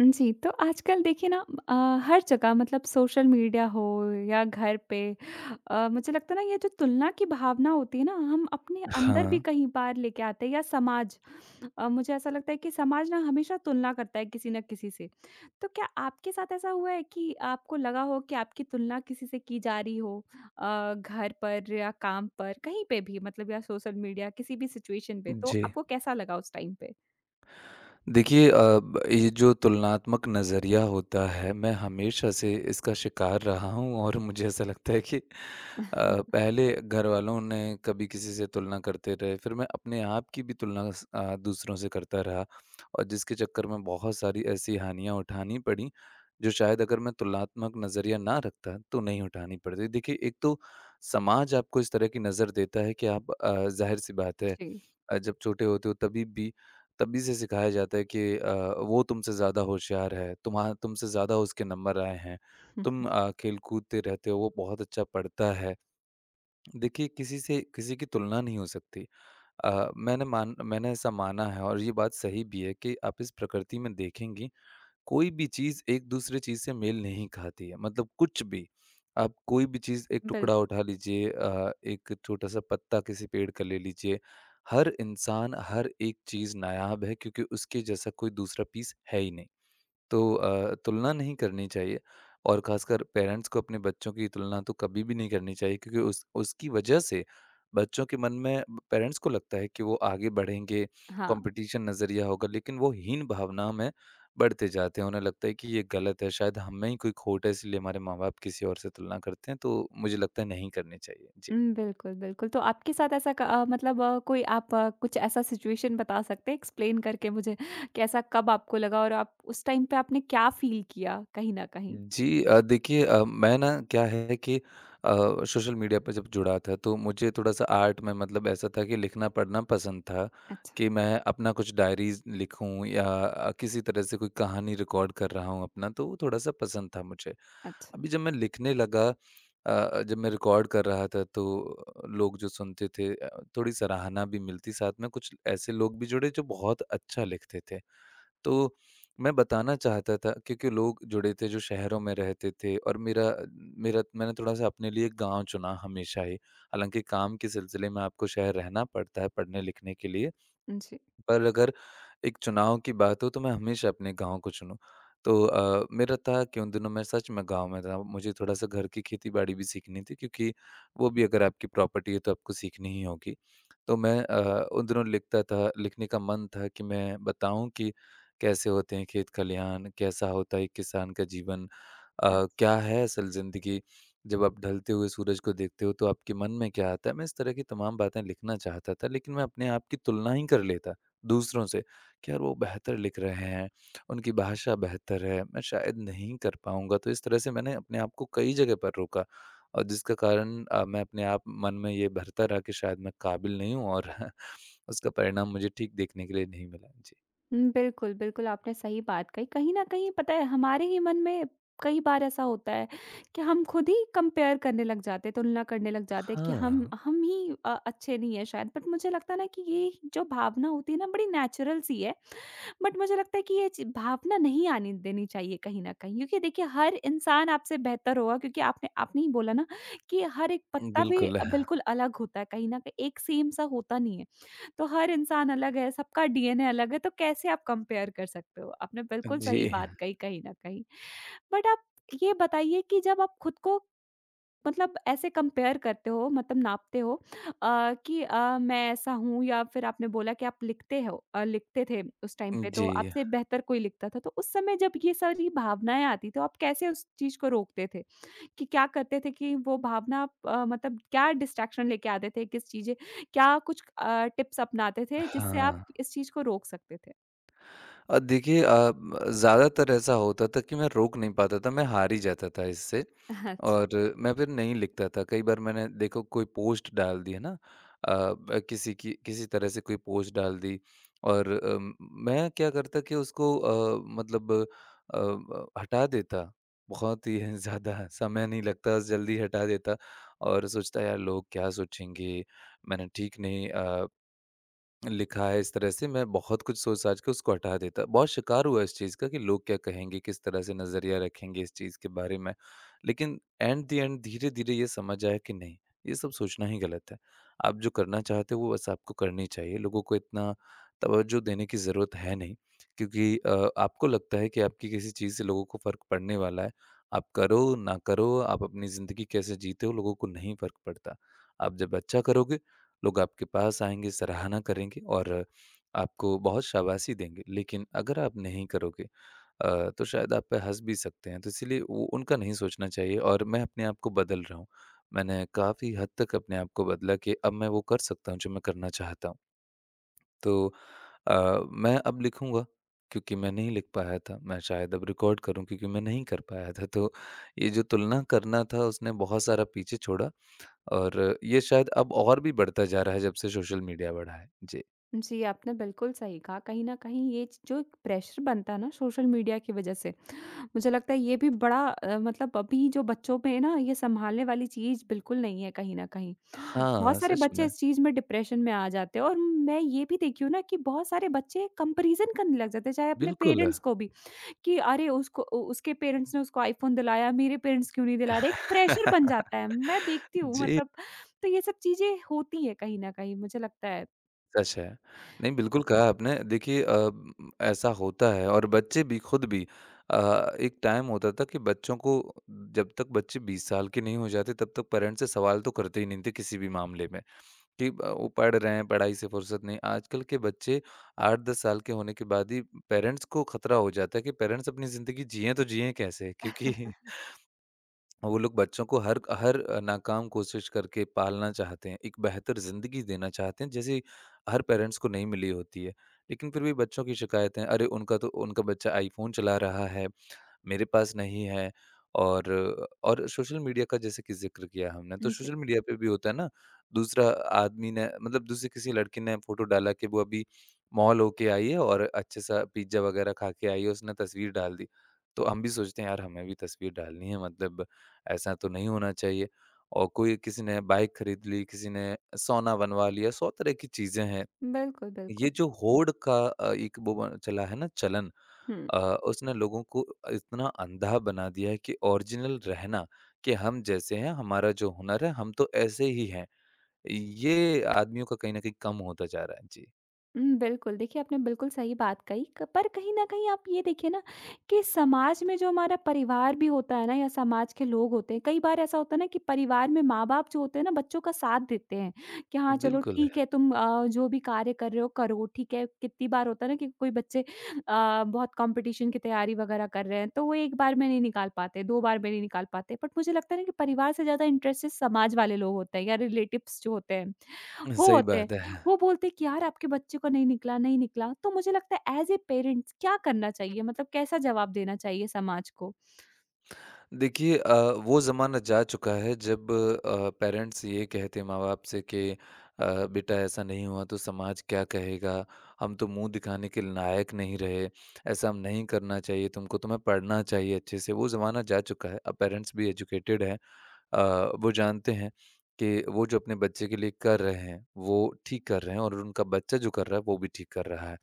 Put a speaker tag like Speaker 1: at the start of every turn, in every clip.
Speaker 1: जी, तो आजकल देखिए ना, हर जगह मतलब सोशल मीडिया हो या घर पे। मुझे लगता है ना, ये जो तुलना की भावना होती है ना, हम अपने अंदर भी
Speaker 2: हाँ,
Speaker 1: कहीं बार लेके आते हैं या समाज। मुझे ऐसा लगता है कि समाज ना हमेशा तुलना करता है किसी ना किसी से। तो क्या आपके साथ ऐसा हुआ है कि आपको लगा हो कि आपकी तुलना किसी से की जा रही हो? घर पर या काम पर कहीं पे भी, मतलब या सोशल मीडिया, किसी भी सिचुएशन पे, तो
Speaker 2: जी।
Speaker 1: आपको कैसा लगा उस टाइम पे?
Speaker 2: देखिए ब ये जो तुलनात्मक नज़रिया होता है, मैं हमेशा से इसका शिकार रहा हूँ और मुझे ऐसा लगता है कि पहले घरवालों ने कभी किसी से तुलना करते रहे, फिर मैं अपने आप की भी तुलना दूसरों से करता रहा और जिसके चक्कर में बहुत सारी ऐसी हानियाँ उठानी पड़ी, जो शायद अगर मैं तुलनात्मक नज़रिया ना रखता, तो नहीं उठानी पड़ती। देखिए, एक तो समाज आपको इस तरह की नज़र देता है कि आप ज़ाहिर-सी बात है
Speaker 1: जी।
Speaker 2: जब छोटे होते हो तभी भी तभी से सिखाया जाता है कि वो तुमसे ज़्यादा होशियार है, तुम्हा तुमसे ज़्यादा उसके नंबर आए हैं, तुम खेल कूदते रहते हो, वो बहुत अच्छा पढ़ता है। देखिए किसी से किसी की तुलना नहीं हो सकती। मैंने ऐसा माना है और ये बात सही भी है कि आप इस प्रकृति में देखेंगी कोई भी चीज़ एक-दूसरे चीज़ से मेल नहीं खाती है, मतलब कुछ भी। आप कोई भी चीज़ एक
Speaker 1: बिल
Speaker 2: टुकड़ा उठा लीजिए एक छोटा-सा पत्ता किसी पेड़ का ले लीजिए, हर इंसान, हर एक चीज़ नायाब है क्योंकि उसके जैसा कोई दूसरा पीस है ही नहीं। तो तुलना नहीं करनी चाहिए और ख़ासकर पेरेंट्स को अपने बच्चों की तुलना तो कभी भी नहीं करनी चाहिए क्योंकि उस उसकी वजह से बच्चों के मन में पेरेंट्स को लगता है कि वो आगे बढ़ेंगे,
Speaker 1: हाँ।
Speaker 2: कंपटीशन नज़रिया होगा, लेकिन वो हीन भावना में बढ़ते जाते हैं। उन्हें लगता है कि ये गलत है, शायद हम में ही कोई खोट है, इसलिए हमारे माँ-बाप किसी और से तुलना करते हैं, तो मुझे लगता है नहीं करनी चाहिए। जी।
Speaker 1: हुँ, बिल्कुल, बिल्कुल। तो आपके साथ ऐसा मतलब, कोई आप कुछ ऐसा सिचुएशन बता सकते हैं एक्सप्लेन करके मुझे कि ऐसा कब आपको लगा, और आप उस टाइम पे आपने क्या फ़ील किया कहीं न कहीं?
Speaker 2: देखिए मैं ना क्या है कि सोशल मीडिया पर जब जुड़ा था तो मुझे थोड़ा-सा आर्ट में मतलब ऐसा था कि लिखना पढ़ना पसंद था,
Speaker 1: अच्छा।
Speaker 2: कि मैं अपना कुछ डायरीज़ लिखूँ या किसी तरह से कोई कहानी रिकॉर्ड कर रहा हूँ अपना, तो वो थोड़ा-सा पसंद था मुझे।
Speaker 1: अच्छा।
Speaker 2: अभी जब मैं लिखने लगा जब मैं रिकॉर्ड कर रहा था तो लोग जो सुनते थे थोड़ी सराहना भी मिलती, साथ में कुछ ऐसे लोग भी जुड़े जो बहुत अच्छा लिखते थे। तो मैं बताना चाहता था क्योंकि लोग जुड़े थे जो शहरों में रहते थे और मेरा मेरा मैंने थोड़ा-सा अपने लिए गाँव चुना हमेशा ही। हालाँकि काम के सिलसिले में आपको शहर रहना पड़ता है पढ़ने-लिखने के लिए।
Speaker 1: जी।
Speaker 2: पर अगर एक चुनाव की बात हो तो मैं हमेशा अपने गाँव को चुनूँ। तो मेरा था कि उन दिनों मैं सच में गाँव में था। मुझे थोड़ा-सा घर की खेती-बाड़ी भी सीखनी थी क्योंकि वो भी अगर आपकी प्रॉपर्टी है तो आपको सीखनी ही होगी। तो मैं उन दिनों लिखता था लिखने का मन था कि मैं बताऊँ कि कैसे होते हैं खेत खलिहान, कैसा होता है एक किसान का जीवन।
Speaker 1: अ,
Speaker 2: अ, क्या है असल ज़िंदगी? जब आप ढलते हुए सूरज को देखते हो, तो आपके मन में क्या आता है? मैं इस तरह की तमाम बातें लिखना चाहता था, लेकिन मैं अपने आप की तुलना ही कर लेता दूसरों से कि यार वो बेहतर लिख रहे हैं, उनकी भाषा बेहतर है, मैं शायद नहीं कर पाऊँगा। तो इस तरह से मैंने अपने आप को कई जगह पर रोका और जिसका कारण मैं अपने आप मन में ये भरता रहा कि शायद मैं काबिल नहीं हूँ और उसका परिणाम मुझे ठीक देखने के लिए नहीं मिला। जी।
Speaker 1: हुँ, बिल्कुल, बिल्कुल आपने सही बात कही। कहीं न कहीं पता है, हमारे ही मन में कई बार ऐसा होता है कि हम खुद ही कंपेयर करने लग जाते हैं, तुलना करने लग जाते हैं कि
Speaker 2: हाँ,
Speaker 1: हम ही अच्छे नहीं हैं शायद। बट मुझे लगता है ना कि ये जो भावना होती है ना, बड़ी नेचुरल सी है। बट मुझे लगता है कि ये चि भावना नहीं आने देनी चाहिए कहीं न कहीं, क्योंकि देखिए हर इंसान आपसे बेहतर होगा, क्योंकि आपने आपने ही बोला ना कि हर एक पत्ता भी
Speaker 2: बिल्कुल।
Speaker 1: बिल्कुल अलग होता है कहीं न कहीं, एक सेम सा होता नहीं है। तो हर इंसान अलग है, सबका डीएनए अलग है, तो कैसे आप कंपेयर कर सकते हो? आपने बिल्कुल
Speaker 2: जी,
Speaker 1: सही बात कही कहीं न कहीं। बट आप ये बताइए कि जब आप खुद को, मतलब ऐसे कंपेयर करते हो, मतलब नापते हो, कि मैं ऐसा हूँ, या फिर आपने बोला कि आप लिखते हो, लिखते थे उस टाइम पे, तो
Speaker 2: जी।
Speaker 1: आपसे बेहतर कोई लिखता था। तो उस समय जब ये सारी भावनाएँ आती तो आप कैसे उस चीज़ को रोकते थे? कि क्या करते थे कि वो भावना आप मतलब क्या डिस्ट्रैक्शन लेके आते थे? किस चीज़ें, क्या कुछ टिप्स अपनाते थे जिससे आप
Speaker 2: हाँ।
Speaker 1: इस चीज़ को रोक सकते थे?
Speaker 2: देखिए अ, म ज़्यादातर ऐसा होता था कि मैं रोक नहीं पाता था, मैं हार ही जाता था इससे
Speaker 1: अच्छा।
Speaker 2: और मैं फिर नहीं लिखता था। कई बार मैंने देखो कोई पोस्ट डाल दी है ना ब किसी की किसी तरह से कोई पोस्ट डाल दी और अ, म मैं क्या करता कि उसको मतलब ब हटा देता। बहुत ही ज़्यादा समय नहीं लगता, जल्दी हटा देता और सोचता यार लोग क्या सोचेंगे? मैंने ठीक नहीं लिखा है इस तरह से मैं बहुत कुछ सोच-साच के उसको हटा देता। बहुत शिकार हुआ इस चीज़ का कि लोग क्या कहेंगे, किस तरह से नज़रिया रखेंगे इस चीज़ के बारे में। लेकिन एट द एंड धीरे-धीरे ये समझ आया कि नहीं, ये सब सोचना ही गलत है। आप जो करना चाहते हो वो बस आपको करनी चाहिए। लोगों को इतना तवज्जो देने की ज़रूरत है नहीं क्योंकि आपको लगता है कि आपकी किसी चीज़ से लोगों को फ़र्क पड़ने वाला है। आप करो, ना करो, आप अपनी ज़िंदगी कैसे जीते हो लोगों को नहीं फ़र्क पड़ता। आप जब अच्छा करोगे लोग आपके पास आएँगे, सराहना करेंगे और आपको बहुत शाबाशी देंगे। लेकिन अगर आप नहीं करोगे तो शायद आप पे हँस भी सकते हैं। तो इसीलिए वो उनका नहीं सोचना चाहिए और मैं अपने आप को बदल रहा हूँ। मैंने काफ़ी हद तक अपने आप को बदला कि अब मैं वो कर सकता हूँ जो मैं करना चाहता हूँ। तो अ, मैं अब लिखूँगा क्योंकि मैं नहीं लिख पाया था। मैं शायद अब रिकॉर्ड करूँ क्योंकि मैं नहीं कर पाया था। तो ये जो तुलना करना था उसने बहुत सारा पीछे छोड़ा और ये शायद अब और भी बढ़ता जा रहा है जब से सोशल मीडिया बढ़ा है। जी।
Speaker 1: जी, आपने बिल्कुल सही कहा। कहीं न कहीं ये च जो एक प्रेशर बनता है ना सोशल मीडिया की वज़ह से, मुझे लगता है ये भी बड़ा, मतलब अभी जो बच्चों में है ना, ये सँभालने वाली चीज़ बिल्कुल नहीं है कहीं न कहीं।
Speaker 2: हाँ,
Speaker 1: बहुत सारे
Speaker 2: सच
Speaker 1: बच्चे
Speaker 2: में।
Speaker 1: इस चीज़ में डिप्रेशन में आ जाते हैं, और मैं ये भी देखी हूँ ना कि बहुत सारे बच्चे कंपैरिज़न करने लग जाते हैं, चाहे अपने
Speaker 2: बिल्कुल।
Speaker 1: पेरेंट्स को भी, कि अरे उसको उ उसके पेरेंट्स ने उसको आईफ़ोन दिलाया, मेरे पेरेंट्स क्यों नहीं दिला रहे? एक प्रेशर बन जाता है। मैं देखती हूँ,
Speaker 2: जी,
Speaker 1: मतलब, तो ये सब चीज़ें होती हैं कहीं न कहीं, मुझे लगता है।
Speaker 2: सच है। नहीं, बिल्कुल कहा आपने। देखिए ऐसा होता है और बच्चे भी खुद भी अ, एक टाइम होता था कि बच्चों को जब तक बच्चे 20 साल के नहीं हो जाते तब तक पेरेंट्स से सवाल तो करते ही नहीं थे किसी भी मामले में। कि ब वो पढ़ रहे हैं, पढ़ाई से फुर्सत नहीं। आजकल के बच्चे 8-10 साल के होने के बाद ही पेरेंट्स को खतरा हो जाता है कि पेरेंट्स अपनी ज़िंदगी जिएँ तो जिएँ कैसे? क्योंकि वो लोग बच्चों को हर हर नाकाम कोशिश करके पालना चाहते हैं, एक बेहतर ज़िंदगी देना चाहते हैं, जैसे हर पेरेंट्स को नहीं मिली होती है। लेकिन फिर भी बच्चों की शिकायतें, "अरे! उनका तो उनका बच्चा आईफ़ोन चला रहा है।" मेरे पास नहीं है और और सोशल मीडिया का जैसे कि ज़िक्र किया हमने, तो
Speaker 1: जी,
Speaker 2: सोशल मीडिया पे भी होता है ना, दूसरा आदमी ने मतलब दूसरी किसी लड़की ने फ़ोटो डाला कि वो अभी मॉल होके आई है और अच्छा-सा पिज़्ज़ा वगैरह खा के आई है, उसने तस्वीर डाल दी। तो हम भी सोचते हैं, यार हमें भी तस्वीर डालनी है, मतलब ऐसा तो नहीं होना चाहिए। और कोई किसी ने बाइक खरीद ली, किसी ने सोना बनवा लिया, 100 तरह की चीज़ें हैं
Speaker 1: बिल्कुल,
Speaker 2: ये
Speaker 1: बिल्कुल।
Speaker 2: जो होड़ का एक वो ब चला है ना चलन
Speaker 1: हुँ।
Speaker 2: अ, उसने लोगों को इतना अंधा बना दिया है कि ओरिजिनल रहना कि हम जैसे हैं, हमारा जो हुनर है, हम तो ऐसे ही हैं। ये आदमियों का कहीं न कहीं कम होता जा रहा है। जी,
Speaker 1: हुँ, बिल्कुल। देखिए, आपने बिल्कुल सही बात कही, क पर कहीं न कहीं आप ये देखिए ना कि समाज में जो हमारा परिवार भी होता है ना, या समाज के लोग होते हैं, कई बार ऐसा होता है ना कि परिवार में माँ-बाप जो होते हैं ना, बच्चों का साथ देते हैं कि हाँ, चलो
Speaker 2: बिल्कुल है।
Speaker 1: ठीक है, तुम जो भी कार्य कर रहे हो करो, ठीक है। कितनी बार होता है ना कि कोई बच्चे बहुत कॉम्पिटिशन की तैयारी वगैरह कर रहे हैं, तो वो 1 बार में नहीं निकाल पाते, 2 बार में नहीं निकाल पाते। बट मुझे लगता है ना कि परिवार से ज़्यादा इंटरेस्टेड समाज वाले लोग होते हैं, या रिलेटिव्स जो होते हैं। वो
Speaker 2: सही
Speaker 1: होते हैं।
Speaker 2: बात है।
Speaker 1: वो बोलते हैं कि यार, आपके बच्चे को नहीं निकला, नहीं निकला। तो मुझे लगता है एज़ ए पेरेंट्स क्या करना चाहिए? मतलब कैसा जवाब देना चाहिए समाज को?
Speaker 2: देखिए वो ज़माना जा चुका है जब पेरेंट्स ये कहते माँ बाप से कि बेटा ऐसा नहीं हुआ तो समाज क्या कहेगा हम तो मुंह दिखाने के लायक नहीं रहे ऐसा हम नहीं करना चाहिए तुमको तुम्हें पढ़ना चाहिए अच्छे से वो ज़माना जा चुका है अब पेरेंट्स भी एजुकेटेड हैं वो जानते हैं कि वो जो अपने बच्चे के लिए कर रहे हैं वो ठीक कर रहे हैं और उनका बच्चा जो कर रहा है वो भी ठीक कर रहा है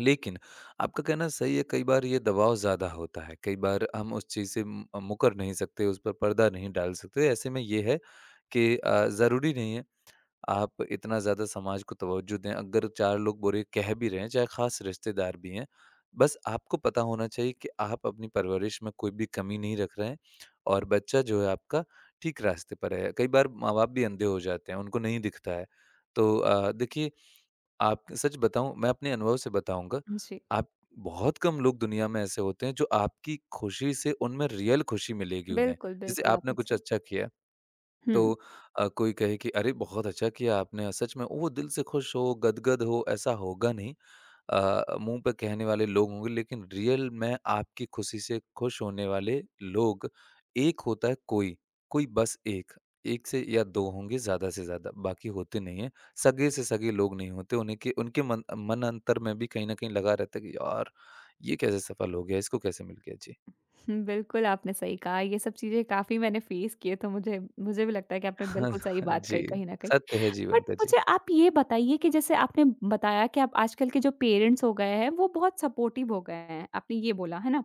Speaker 2: लेकिन आपका कहना सही है, कई बार ये दबाव ज़्यादा होता है। कई बार हम उस चीज़ से म मुकर नहीं सकते, उस पर पर्दा नहीं डाल सकते। ऐसे में ये है कि ज़रूरी नहीं है आप इतना ज़्यादा समाज को तवज्जो दें। अगर 4 लोग बुरे कह भी रहे हैं, चाहे ख़ास रिश्तेदार भी हैं, बस आपको पता होना चाहिए कि आप अपनी परवरिश में कोई भी कमी नहीं रख रहे हैं और बच्चा जो है आपका ठीक रास्ते पर है। कई बार माँ-बाप भी अंधे हो जाते हैं, उनको नहीं दिखता है। तो देखिए आप सच बताऊँ मैं अपने अनुभव से बताऊँगा,
Speaker 1: जी।
Speaker 2: आप बहुत कम लोग दुनिया में ऐसे होते हैं जो आपकी खुशी से उनमें रियल खुशी मिलेगी उन्हें।
Speaker 1: बिल्कुल,
Speaker 2: जैसे
Speaker 1: बिल्कुल
Speaker 2: आपने
Speaker 1: आपने
Speaker 2: कुछ
Speaker 1: सही।
Speaker 2: अच्छा किया तो
Speaker 1: हुँ।
Speaker 2: कोई कहे कि अरे! बहुत अच्छा किया आपने सच में वो दिल से खुश हो, गदगद हो, ऐसा होगा नहीं। मुँह पे कहने वाले लोग होंगे, लेकिन रियल में आपकी खुशी से खुश होने वाले लोग, एक होता है कोई, कोई बस एक, 1 से या 2 होंगे ज़्यादा से ज़्यादा, बाकी होते नहीं हैं। सगे से सगे लोग नहीं होते, उन्हें के उनके मन मन अंतर में भी कहीं न कहीं लगा रहता है कि यार, ये कैसे सफल हो गया, इसको कैसे मिल गया? जी।
Speaker 1: हुँ, बिल्कुल आपने सही कहा। ये सब चीज़ें काफ़ी मैंने फेस की है, तो मुझे मुझे भी लगता है कि आपने
Speaker 2: हाँ,
Speaker 1: बिल्कुल सही बात
Speaker 2: जी,
Speaker 1: कही कहीं न कहीं।
Speaker 2: सत्य है
Speaker 1: बट
Speaker 2: जीवन का। जी।
Speaker 1: मुझे आप ये बताइए कि जैसे आपने बताया कि आप आजकल के जो पेरेंट्स हो गए हैं, वो बहुत सपोर्टिव हो गए हैं, आपने ये बोला, है ना?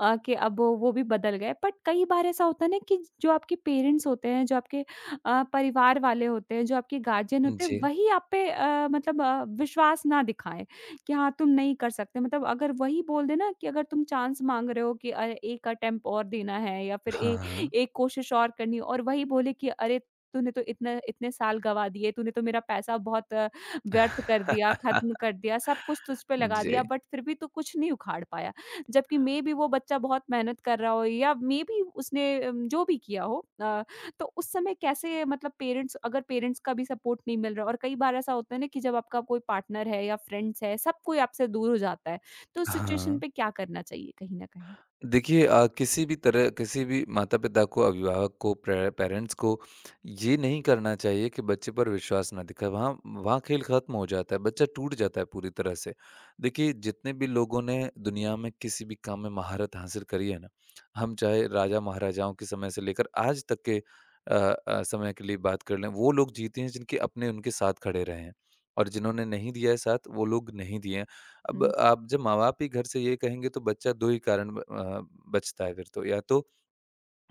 Speaker 1: कि अब वो भी बदल गए। बट कई बार ऐसा होता है ना कि जो आपके पेरेंट्स होते हैं, जो आपके परिवार वाले होते हैं, जो आपके गार्जियन होते हैं,
Speaker 2: जी।
Speaker 1: वही आप पे मतलब विश्वास ना दिखाएँ। कि हाँ, तुम नहीं कर सकते, मतलब अगर वही बोल देना, कि अगर तुम चांस माँग रहे हो कि अरे, 1 अटेम्प्ट और देना है, या फिर ए
Speaker 2: हाँ।
Speaker 1: एक कोशिश और करनी है, और वही बोले कि अरे, तूने तो इतना इतने साल गँवा दिए, तूने तो मेरा पैसा बहुत व्यर्थ कर दिया, ख़त्म कर दिया, सब कुछ तुझ पे लगा दिया,
Speaker 2: जी।
Speaker 1: बट फिर भी तू कुछ नहीं उखाड़ पाया। जबकि मे बी वो बच्चा बहुत मेहनत कर रहा हो, या मे बी उसने जो भी किया हो, तो उस समय कैसे, मतलब पेरेंट्स, अगर पेरेंट्स का भी सपोर्ट नहीं मिल रहा, और कई बार ऐसा होता है ना कि जब आपका कोई पार्टनर है या फ्रेंड्स है, सब कोई आपसे दूर हो जाता है, तो उस सिचुएशन
Speaker 2: हाँ।
Speaker 1: पे क्या करना चाहिए कहीं ना कहीं?
Speaker 2: देखिए, किसी भी तरह किसी भी माता-पिता को, अभिभावक को, प्रे पेरेंट्स को ये नहीं करना चाहिए कि बच्चे पर विश्वास ना दिखाएँ। वहाँ वहाँ खेल खत्म हो जाता है, बच्चा टूट जाता है पूरी तरह से। देखिए, जितने भी लोगों ने दुनिया में किसी भी काम में महारत हासिल करी है ना, हम चाहे राजा-महाराजाओं के समय से लेकर आज तक के अ समय के लिए बात कर लें, वो लोग जीते हैं जिनके अपने उनके साथ खड़े रहे हैं और जिन्होंने नहीं दिया है साथ, वो लोग नहीं दिए हैं। अब
Speaker 1: हुँ।
Speaker 2: आप जब माँ-बाप ही घर से ये कहेंगे तो बच्चा 2 ही कारण बचता है फिर तो। या तो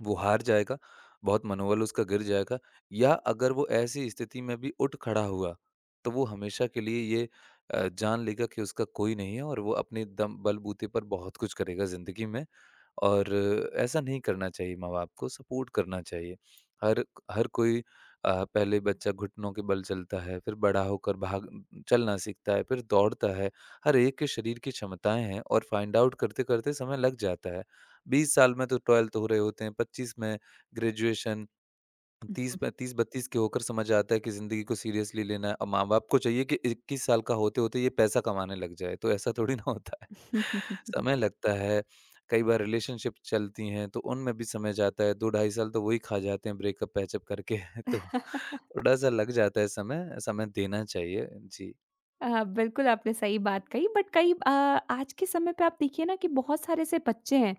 Speaker 2: वो हार जाएगा, बहुत मनोबल उसका गिर जाएगा, या अगर वो ऐसी स्थिति में भी उठ खड़ा हुआ, तो वो हमेशा के लिए ये जान लेगा कि उसका कोई नहीं है और वो अपने दम बलबूते पर बहुत कुछ करेगा ज़िंदगी में। और ऐसा नहीं करना चाहिए माँ-बाप को, सपोर्ट करना चाहिए। हर हर कोई, पहले बच्चा घुटनों के बल चलता है, फिर बड़ा होकर भाग चलना सीखता है, फिर दौड़ता है। हर एक के शरीर की क्षमताएँ हैं और फाइंड आउट करते-करते समय लग जाता है। 20 साल में तो 12th हो रहे होते हैं, 25 में ग्रेजुएशन, 30, 35, 32 के होकर समझ आता है कि ज़िंदगी को सीरियसली लेना है, और माँ-बाप को चाहिए कि 21 साल का होते-होते ये पैसा कमाने लग जाए, तो ऐसा थोड़ी ना होता है। समय लगता है, कई बार रिलेशनशिप चलती हैं, तो उनमें भी समय जाता है, 2 ढाई साल तो वही खा जाते हैं ब्रेकअप, पैचअप करके। तो थोड़ा-सा लग जाता है समय, समय देना चाहिए। जी।
Speaker 1: हाँ। बिल्कुल आपने सही बात कही। बट कई आज के समय पे आप देखिए ना कि बहुत सारे ऐसे बच्चे हैं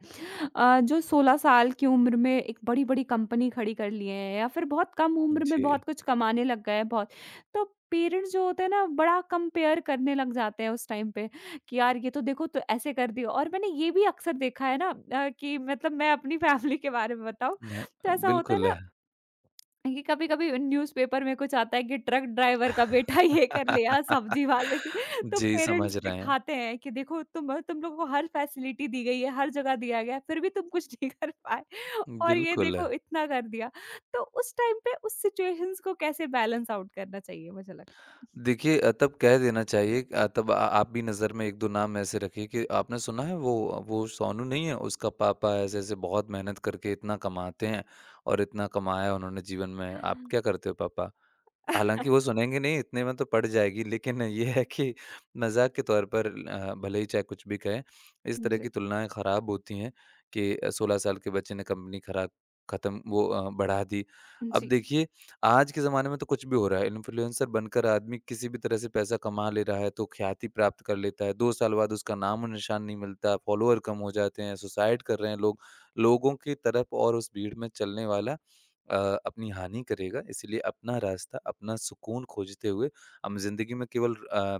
Speaker 1: जो 16 साल की उम्र में एक बड़ी-बड़ी कंपनी खड़ी कर लिए हैं, या फिर बहुत कम उम्र में
Speaker 2: जी।
Speaker 1: बहुत कुछ कमाने लग गए हैं, बहुत। तो पेरेंट्स जो होते हैं ना बड़ा कंपेयर करने लग जाते हैं उस टाइम पे कि यार ये तो देखो तो ऐसे कर दिया, और मैंने ये भी अक्सर देखा है ना कि मतलब मैं अपनी फैमिली के बारे में बताऊँ,
Speaker 2: हाँ,
Speaker 1: तो ऐसा होता है
Speaker 2: बिल्कुल।
Speaker 1: ना,
Speaker 2: है।
Speaker 1: ये कभी-कभी न्यूज़पेपर में कुछ आता है कि ट्रक ड्राइवर का बेटा ये कर लिया, सब्जी वाले की, तो
Speaker 2: जी,
Speaker 1: पेरेंट्स
Speaker 2: समझ रहे हैं।
Speaker 1: दिखाते हैं कि देखो तुम लोगों को हर फैसिलिटी दी गई है, हर जगह दिया गया है, फिर भी तुम कुछ नहीं कर पाए, और ये
Speaker 2: बिल्कुल।
Speaker 1: देखो इतना कर दिया। तो उस टाइम पे उस सिचुएशंस को कैसे बैलेंस आउट करना चाहिए मुझे लगता
Speaker 2: देखिए, तब कह देना चाहिए, तब आ आप भी नज़र में 1-2 नाम ऐसे रखिए कि आपने सुना है वो सोनू नहीं है, उसका पापा ऐसे-ऐसे बहुत मेहनत करके इतना कमाते हैं और इतना कमाया उन्होंने जीवन में, आप
Speaker 1: है?
Speaker 2: क्या करते हो पापा? हालाँकि वो सुनेंगे नहीं, इतने में तो पड़ जाएगी, लेकिन ये है कि मज़ाक के तौर पर, भले ही चाहे कुछ भी कहें, इस तरह
Speaker 1: जी।
Speaker 2: की तुलनाएँ खराब होती हैं कि 16 साल के बच्चे ने कंपनी खराब खत्म वो बढ़ा दी। अब
Speaker 1: जी।
Speaker 2: देखिए, आज के ज़माने में तो कुछ भी हो रहा है। इन्फ्लुएंसर बनकर आदमी किसी भी तरह से पैसा कमा ले रहा है, तो ख्याति प्राप्त कर लेता है। 2 साल बाद उसका नाम और निशान नहीं मिलता, फॉलोअर कम हो जाते हैं, सुसाइड कर रहे हैं लोग। लोगों की तरफ और उस भीड़ में चलने वाला अ, अपनी हानि करेगा। इसीलिए अपना रास्ता, अपना सुकून खोजते हुए हम ज़िंदगी में केवल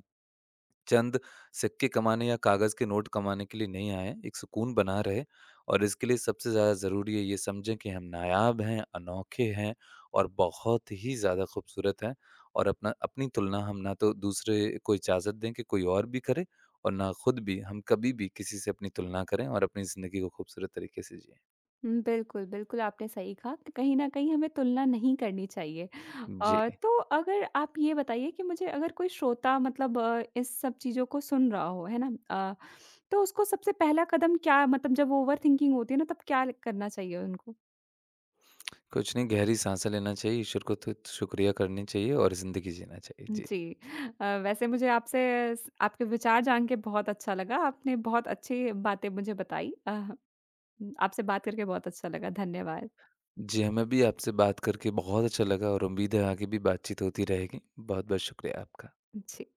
Speaker 2: चंद सिक्के कमाने या कागज़ के नोट कमाने के लिए नहीं आए हैं, एक सुकून बना रहे, और इसके लिए सबसे ज़्यादा ज़रूरी है ये समझें कि हम नायाब हैं, अनोखे हैं और बहुत ही ज़्यादा खूबसूरत हैं, और अपना अपनी तुलना हम ना तो दूसरे को इजाज़त दें कि कोई और भी करे, और ना खुद भी हम कभी भी किसी से अपनी तुलना करें और अपनी ज़िंदगी को खूबसूरत तरीके से जिएँ।
Speaker 1: हुँ, बिल्कुल, बिल्कुल आपने सही कहा कि कहीं न कहीं हमें तुलना नहीं करनी चाहिए।
Speaker 2: जी।
Speaker 1: तो अगर आप ये बताइए कि मुझे, अगर कोई श्रोता मतलब इस सब चीज़ों को सुन रहा हो, है ना? अ, तो उसको सबसे पहला कदम क्या, मतलब जब ओवरथिंकिंग होती है ना, तब क्या करना चाहिए उनको?
Speaker 2: कुछ नहीं, गहरी साँसें लेना चाहिए, ईश्वर को तो शुक्रिया करनी चाहिए और ज़िंदगी जीना चाहिए। जी।
Speaker 1: जी। वैसे मुझे आपसे स आपके विचार जान के बहुत अच्छा लगा। आपने बहुत अच्छी बातें मुझे बताई। आपसे बात करके बहुत अच्छा लगा। धन्यवाद।
Speaker 2: जी, हमें भी आपसे बात करके बहुत अच्छा लगा और उम्मीद है आगे भी बातचीत होती रहेगी। बहुत-बहुत शुक्रिया आपका।
Speaker 1: जी।